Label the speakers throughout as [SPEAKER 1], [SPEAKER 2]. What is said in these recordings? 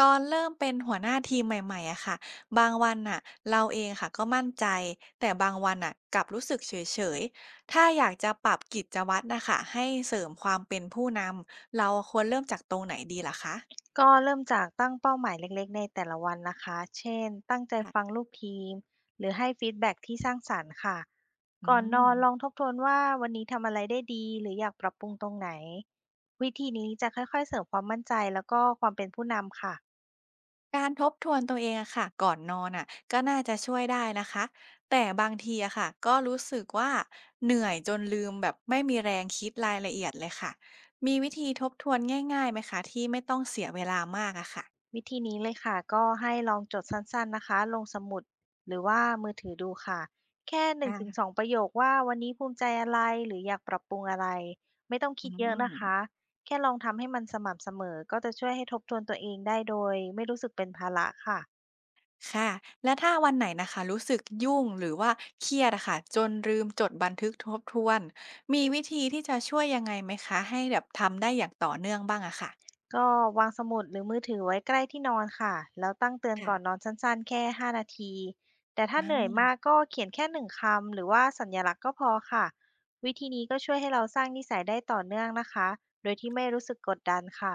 [SPEAKER 1] ตอนเริ่มเป็นหัวหน้าทีมใหม่ๆอะค่ะบางวันน่ะเราเองค่ะก็มั่นใจ แต่บางวันน่ะกลับรู้สึกเฉยๆถ้าอยากจะปรับกิจวัตรนะคะให้เสริมความเป็นผู้นำ เราควรเริ่มจากตรงไหนดีลหรคะ
[SPEAKER 2] ก็เริ่มจากตั้งเป้าหมายเล็กๆในแต่ละวันนะคะ เช่นตั้งใจฟั
[SPEAKER 1] ค่ะ
[SPEAKER 2] งลูกทีมหรือให้ฟีดแบ็กที่สร้างสรรค์ค่ะ
[SPEAKER 1] อื
[SPEAKER 2] ก่อนน
[SPEAKER 1] ม
[SPEAKER 2] อนลองทบทวนว่าวันนี้ทำอะไรได้ดีหรืออยากปรับปรุงตรงไหนวิธีนี้จะค่อยๆเสริมความมั่นใจแล้วก็ความเป็นผู้นำค่ะ
[SPEAKER 1] การทบทวนตัวเองอะค่ะก่อนนอนอ่ะก็น่าจะช่วยได้นะคะแต่บางทีอะค่ะก็รู้สึกว่าเหนื่อยจนลืมแบบไม่มีแรงคิดรายละเอียดเลยค่ะ มีวิธีทบทวนง่ายๆไหมคะที่ไม่ต้องเสียเวลามากอะค่
[SPEAKER 2] วิธีนี้เลยค่ะก็ให้ลองจดสั้นๆนะคะลงสมุดหรือว่ามือถือดูค่ะแค่
[SPEAKER 1] ะ
[SPEAKER 2] 1-2ประโยคว่าวันนี้ภูมิใจอะไรหรืออยากปรับปรุงอะไรไม่ต้อง
[SPEAKER 1] อื
[SPEAKER 2] คิดเยอะนะคะ
[SPEAKER 1] ม
[SPEAKER 2] แค่ลองทำให้มันสม่ำเสมอก็จะช่วยให้ทบทวนตัวเองได้โดยไม่รู้สึกเป็นภาระค่ะ
[SPEAKER 1] ค่ะแล้วถ้าวันไหนนะคะรู้สึกยุ่งหรือว่าเครียดอะค่ะจนลืมจดบันทึกทบทวนมีวิธีที่จะช่วยยังไงไหมคะให้แบบทำได้อย่างต่อเนื่องบ้างอะค่ะ
[SPEAKER 2] ก็วางสมุดหรือมือถือไว้ใกล้ที่นอนค่ะแล้วตั้งเตือน
[SPEAKER 1] ค่ะ
[SPEAKER 2] ก่อนนอนสั้นๆแค่ 5 นาทีแต่ถ้าเหนื่อย
[SPEAKER 1] อา
[SPEAKER 2] มากก็เขียนแค่1คำหรือว่าสัญลักษณ์ก็พอค่ะวิธีนี้ก็ช่วยให้เราสร้างนิสัยได้ต่อเนื่องนะคะโดยที่ไม่รู้สึกกดดันค่ะ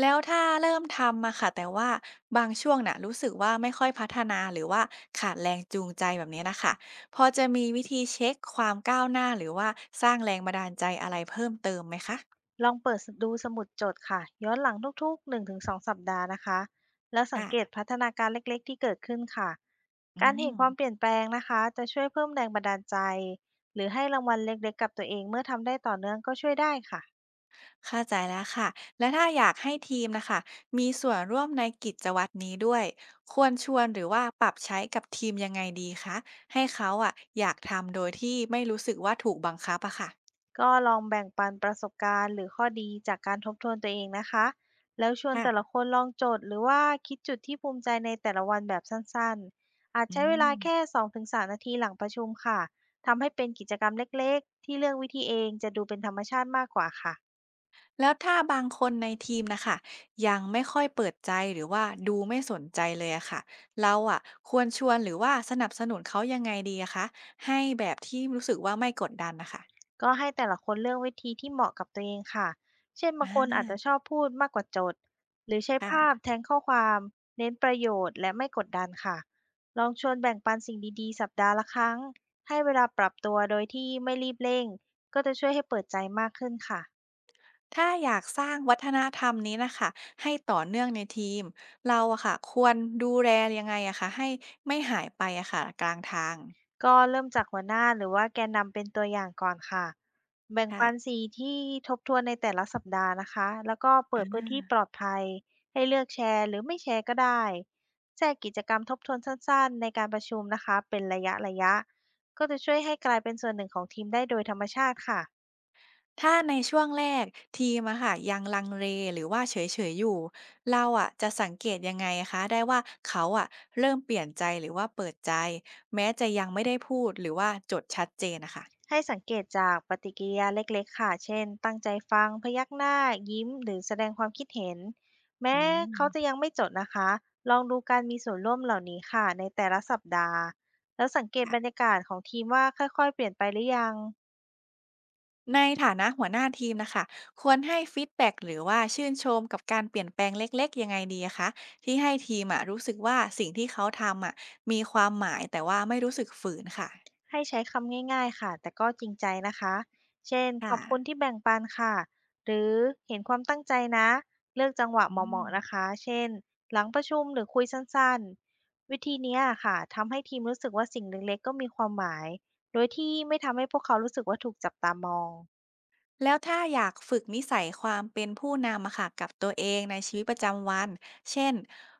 [SPEAKER 1] แล้วถ้าเริ่มทำมาค่ะแต่ว่าบางช่วงน่ะรู้สึกว่าไม่ค่อยพัฒนาหรือว่าขาดแรงจูงใจแบบนี้นะคะพอจะมีวิธีเช็คความก้าวหน้าหรือว่าสร้างแรงบันดาลใจอะไรเพิ่มเติมไหมคะ
[SPEAKER 2] ลองเปิดดูสมุดจดค่ะย้อนหลังทุกๆ1-2สองสัปดาห์นะคะแล้วสัง
[SPEAKER 1] ค่ะ
[SPEAKER 2] เกตพัฒนาการเล็กๆที่เกิดขึ้นค่ะ
[SPEAKER 1] อื
[SPEAKER 2] การเห็นค
[SPEAKER 1] ม
[SPEAKER 2] วามเปลี่ยนแปลงนะคะจะช่วยเพิ่มแรงบันดาลใจหรือให้รางวัลเล็กๆกับตัวเองเมื่อทำได้ต่อเนื่องก็ช่วยได้ค่ะ
[SPEAKER 1] เข้าใจแล้วค่ะ แล้วถ้าอยากให้ทีมนะคะมีส่วนร่วมในกิจวัตรนี้ด้วยควรชวนหรือว่าปรับใช้กับทีมยังไงดีคะให้เขาอ่ะอยากทำโดยที่ไม่รู้สึกว่าถูกบังคับอะค่ะ
[SPEAKER 2] ก็ลองแบ่งปันประสบการณ์หรือข้อดีจากการทบทวนตัวเองนะคะ แล้วชวน
[SPEAKER 1] ค่ะ
[SPEAKER 2] แต่ละคนลองโจทย์หรือว่าคิดจุดที่ภูมิใจในแต่ละวันแบบสั้นๆ อาจ
[SPEAKER 1] อื
[SPEAKER 2] ใช้เวลาแค่
[SPEAKER 1] ม
[SPEAKER 2] 2-3 นาทีหลังประชุมค่ะ ทำให้เป็นกิจกรรมเล็กๆที่เลือกวิธีเองจะดูเป็นธรรมชาติมากกว่าค่ะ
[SPEAKER 1] แล้วถ้าบางคนในทีมนะคะยังไม่ค่อยเปิดใจหรือว่าดูไม่สนใจเลยอะค่ะเราอ่ะควรชวนหรือว่าสนับสนุนเขายังไงดีอะคะให้แบบที่รู้สึกว่าไม่กดดันนะคะ
[SPEAKER 2] ก็ให้แต่ละคนเลือกวิธีที่เหมาะกับตัวเองค่ะ เช่น
[SPEAKER 1] อ่
[SPEAKER 2] บางคนอาจจะ
[SPEAKER 1] า
[SPEAKER 2] ชอบพูดมากกว่าจดหรือใช้ภาพ
[SPEAKER 1] ค่ะ
[SPEAKER 2] แทนข้อความ เน้นประโยชน์และไม่กดดันค่ะ ลองชวนแบ่งปันสิ่งดีๆสัปดาห์ละครั้ง ให้เวลาปรับตัวโดยที่ไม่รีบเร่ง ก็จะช่วยให้เปิดใจมากขึ้นค่ะ
[SPEAKER 1] ถ้าอยากสร้างวัฒนธรรมนี้นะคะให้ต่อเนื่องในทีมเราอะค่ะควรดูแลยังไงอะคะให้ไม่หายไปอะค่ะกลางทาง
[SPEAKER 2] ก็เริ่มจากหัวหน้าหรือว่าแกนนำเป็นตัวอย่างก่อนค่ะแบ่ง
[SPEAKER 1] ค่ะ
[SPEAKER 2] ปันสีที่ทบทวนในแต่ละสัปดาห์นะคะแล้วก็เปิดพื้นที่ปลอดภัยให้เลือกแชร์หรือไม่แชร์ก็ได้แจกกิจกรรมทบทวนสั้นๆในการประชุมนะคะเป็นระยะๆก็จะช่วยให้กลายเป็นส่วนหนึ่งของทีมได้โดยธรรมชาติค่ะ
[SPEAKER 1] ถ้าในช่วงแรกทีมอะค่ะยังลังเลหรือว่าเฉยๆอยู่เราอะจะสังเกตยังไงอะคะได้ว่าเขาอะเริ่มเปลี่ยนใจหรือว่าเปิดใจแม้จะยังไม่ได้พูดหรือว่าจดชัดเจนนะคะ
[SPEAKER 2] ให้สังเกตจากปฏิกิริยาเล็กๆค่ะ เช่นตั้งใจฟัง พยักหน้า ยิ้มหรือแสดงความคิดเห็น แม้
[SPEAKER 1] อืม
[SPEAKER 2] เขาจะยังไม่จดนะคะ ลองดูการมีส่วนร่วมเหล่านี้ค่ะในแต่ละสัปดาห์ แล้วสังเกต
[SPEAKER 1] ะ
[SPEAKER 2] บรรยากาศของทีมว่าค่อยๆเปลี่ยนไปหรือยัง
[SPEAKER 1] ในฐานะหัวหน้าทีมนะคะควรให้ฟีดแบ็กหรือว่าชื่นชมกับการเปลี่ยนแปลงเล็กๆยังไงดีอะคะที่ให้ทีมอะรู้สึกว่าสิ่งที่เขาทำอะมีความหมายแต่ว่าไม่รู้สึกฝืนค่ะ
[SPEAKER 2] ให้ใช้คำง่ายๆค่ะแต่ก็จริงใจนะคะเช่นข
[SPEAKER 1] ค่ะ
[SPEAKER 2] อบคุณที่แบ่งปันค่ะหรือเห็นความตั้งใจนะเลือกจังหวะ
[SPEAKER 1] อื
[SPEAKER 2] เห
[SPEAKER 1] ม
[SPEAKER 2] มาะๆนะคะเช่นหลังประชุมหรือคุยสั้นๆวิธีเนี้ยค่ะทำให้ทีมรู้สึกว่าสิ่งเล็กๆก็มีความหมายโดยที่ไม่ทำให้พวกเขารู้สึกว่าถูกจับตามอง
[SPEAKER 1] แล้วถ้าอยากฝึกนิสัยความเป็นผู้นำอะค่ะกับตัวเองในชีวิตประจำวันเช่น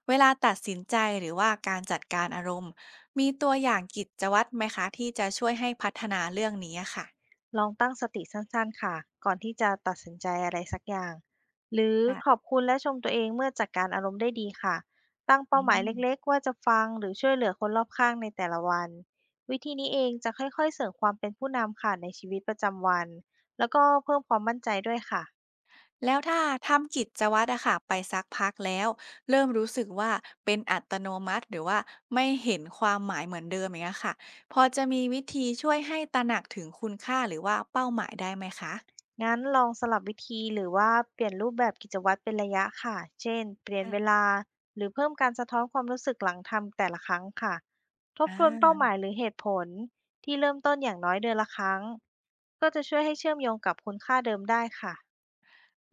[SPEAKER 1] เวลาตัดสินใจหรือว่าการจัดการอารมณ์มีตัวอย่างกิจวัตรไหมคะที่จะช่วยให้พัฒนาเรื่องนี้อะค่ะ
[SPEAKER 2] ลองตั้งสติสั้นๆค่ะก่อนที่จะตัดสินใจอะไรสักอย่างหรือขอบ
[SPEAKER 1] ค่ะ
[SPEAKER 2] คุณและชมตัวเองเมื่อจัดการอารมณ์ได้ดีค่ะตั้ง
[SPEAKER 1] อื
[SPEAKER 2] เป้าหมาย
[SPEAKER 1] ม
[SPEAKER 2] เล็กๆว่าจะฟังหรือช่วยเหลือคนรอบข้างในแต่ละวันวิธีนี้เองจะค่อยๆเสริมความเป็นผู้นำค่ะในชีวิตประจำวันแล้วก็เพิ่มความมั่นใจด้วยค่ะ
[SPEAKER 1] แล้วถ้าทำกิจวัตรอะค่ะไปสักพักแล้วเริ่มรู้สึกว่าเป็นอัตโนมัติหรือว่าไม่เห็นความหมายเหมือนเดิมอย่างเงี้ยค่ะพอจะมีวิธีช่วยให้ตระหนักถึงคุณค่าหรือว่าเป้าหมายได้ไหมคะ
[SPEAKER 2] งั้นลองสลับวิธีหรือว่าเปลี่ยนรูปแบบกิจวัตรเป็นระยะค่ะ เช่น เปลี่ยน
[SPEAKER 1] อ่ะ
[SPEAKER 2] เวลาหรือเพิ่มการสะท้อนความรู้สึกหลังทำแต่ละครั้งค่ะทบ
[SPEAKER 1] อ
[SPEAKER 2] ทวนเป้าหมา
[SPEAKER 1] า
[SPEAKER 2] ยหรือเหตุผลที่เริ่มต้นอย่างน้อยเดือนละครั้งก็จะช่วยให้เชื่อมโยงกับคุณค่าเดิมได้ค่ะ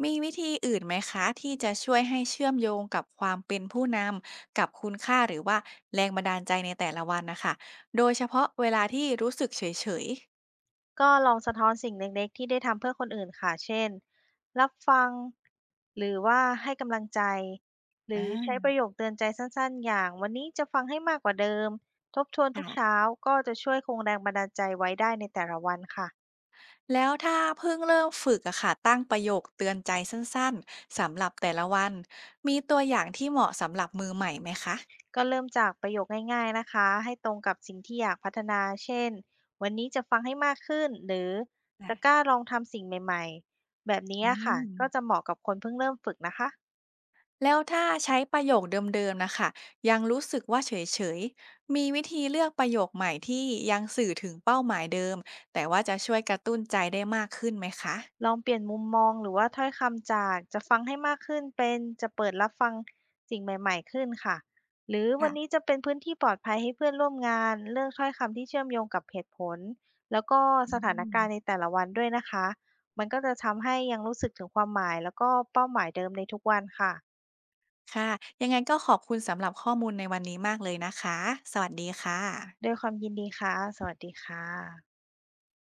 [SPEAKER 1] มีวิธีอื่นไหมคะที่จะช่วยให้เชื่อมโยงกับความเป็นผู้นำกับคุณค่าหรือว่าแรงบันดาลใจในแต่ละวันนะคะโดยเฉพาะเวลาที่รู้สึกเฉยๆ
[SPEAKER 2] ก็ลองสะท้อนสิ่งเล็กๆที่ได้ทำเพื่อคนอื่นค่ะเช่นรับฟังหรือว่าให้กำลังใจห
[SPEAKER 1] อ
[SPEAKER 2] รือใช้ป
[SPEAKER 1] า
[SPEAKER 2] ระโยคเตือนใจสั้นๆอย่างวันนี้จะฟังให้มากกว่าเดิมทบทวนทุกเช้า
[SPEAKER 1] ค่ะ
[SPEAKER 2] ก็จะช่วยคงแรงบันดาลใจไว้ได้ในแต่ละวันค่ะ
[SPEAKER 1] แล้วถ้าเพิ่งเริ่มฝึกอะค่ะตั้งประโยคเตือนใจสั้นๆสำหรับแต่ละวันมีตัวอย่างที่เหมาะสำหรับมือใหม่ไหมคะ
[SPEAKER 2] ก็เริ่มจากประโยคง่ายๆนะคะให้ตรงกับสิ่งที่อยากพัฒนาเช่นวันนี้จะฟังให้มากขึ้นหรือ
[SPEAKER 1] อะ
[SPEAKER 2] จะกล้าลองทำสิ่งใหม่ๆแบบนี้
[SPEAKER 1] อื
[SPEAKER 2] ค่ะ
[SPEAKER 1] ม
[SPEAKER 2] ก็จะเหมาะกับคนเพิ่งเริ่มฝึกนะคะ
[SPEAKER 1] แล้วถ้าใช้ประโยคเดิมๆนะคะยังรู้สึกว่าเฉยๆมีวิธีเลือกประโยคใหม่ที่ยังสื่อถึงเป้าหมายเดิมแต่ว่าจะช่วยกระตุ้นใจได้มากขึ้นไหมคะ
[SPEAKER 2] ลองเปลี่ยนมุมมองหรือว่าถ้อยคำจากจะฟังให้มากขึ้นเป็นจะเปิดรับฟังสิ่งใหม่ๆขึ้นค่ะหรือวันนี้
[SPEAKER 1] ค่ะ
[SPEAKER 2] จะเป็นพื้นที่ปลอดภัยให้เพื่อนร่วมงานเลือกถ้อยคำที่เชื่อมโยงกับเหตุผลแล้วก็
[SPEAKER 1] อื
[SPEAKER 2] สถาน
[SPEAKER 1] ม
[SPEAKER 2] การณ์ในแต่ละวันด้วยนะคะมันก็จะทำให้ยังรู้สึกถึงความหมายแล้วก็เป้าหมายเดิมในทุกวันค่ะ
[SPEAKER 1] ค่ะยังไงก็ขอบคุณสำหรับข้อมูลในวันนี้มากเลยนะคะสวัสดีค่ะ
[SPEAKER 2] ด้วยความยินดีค่ะสวัสดีค่ะ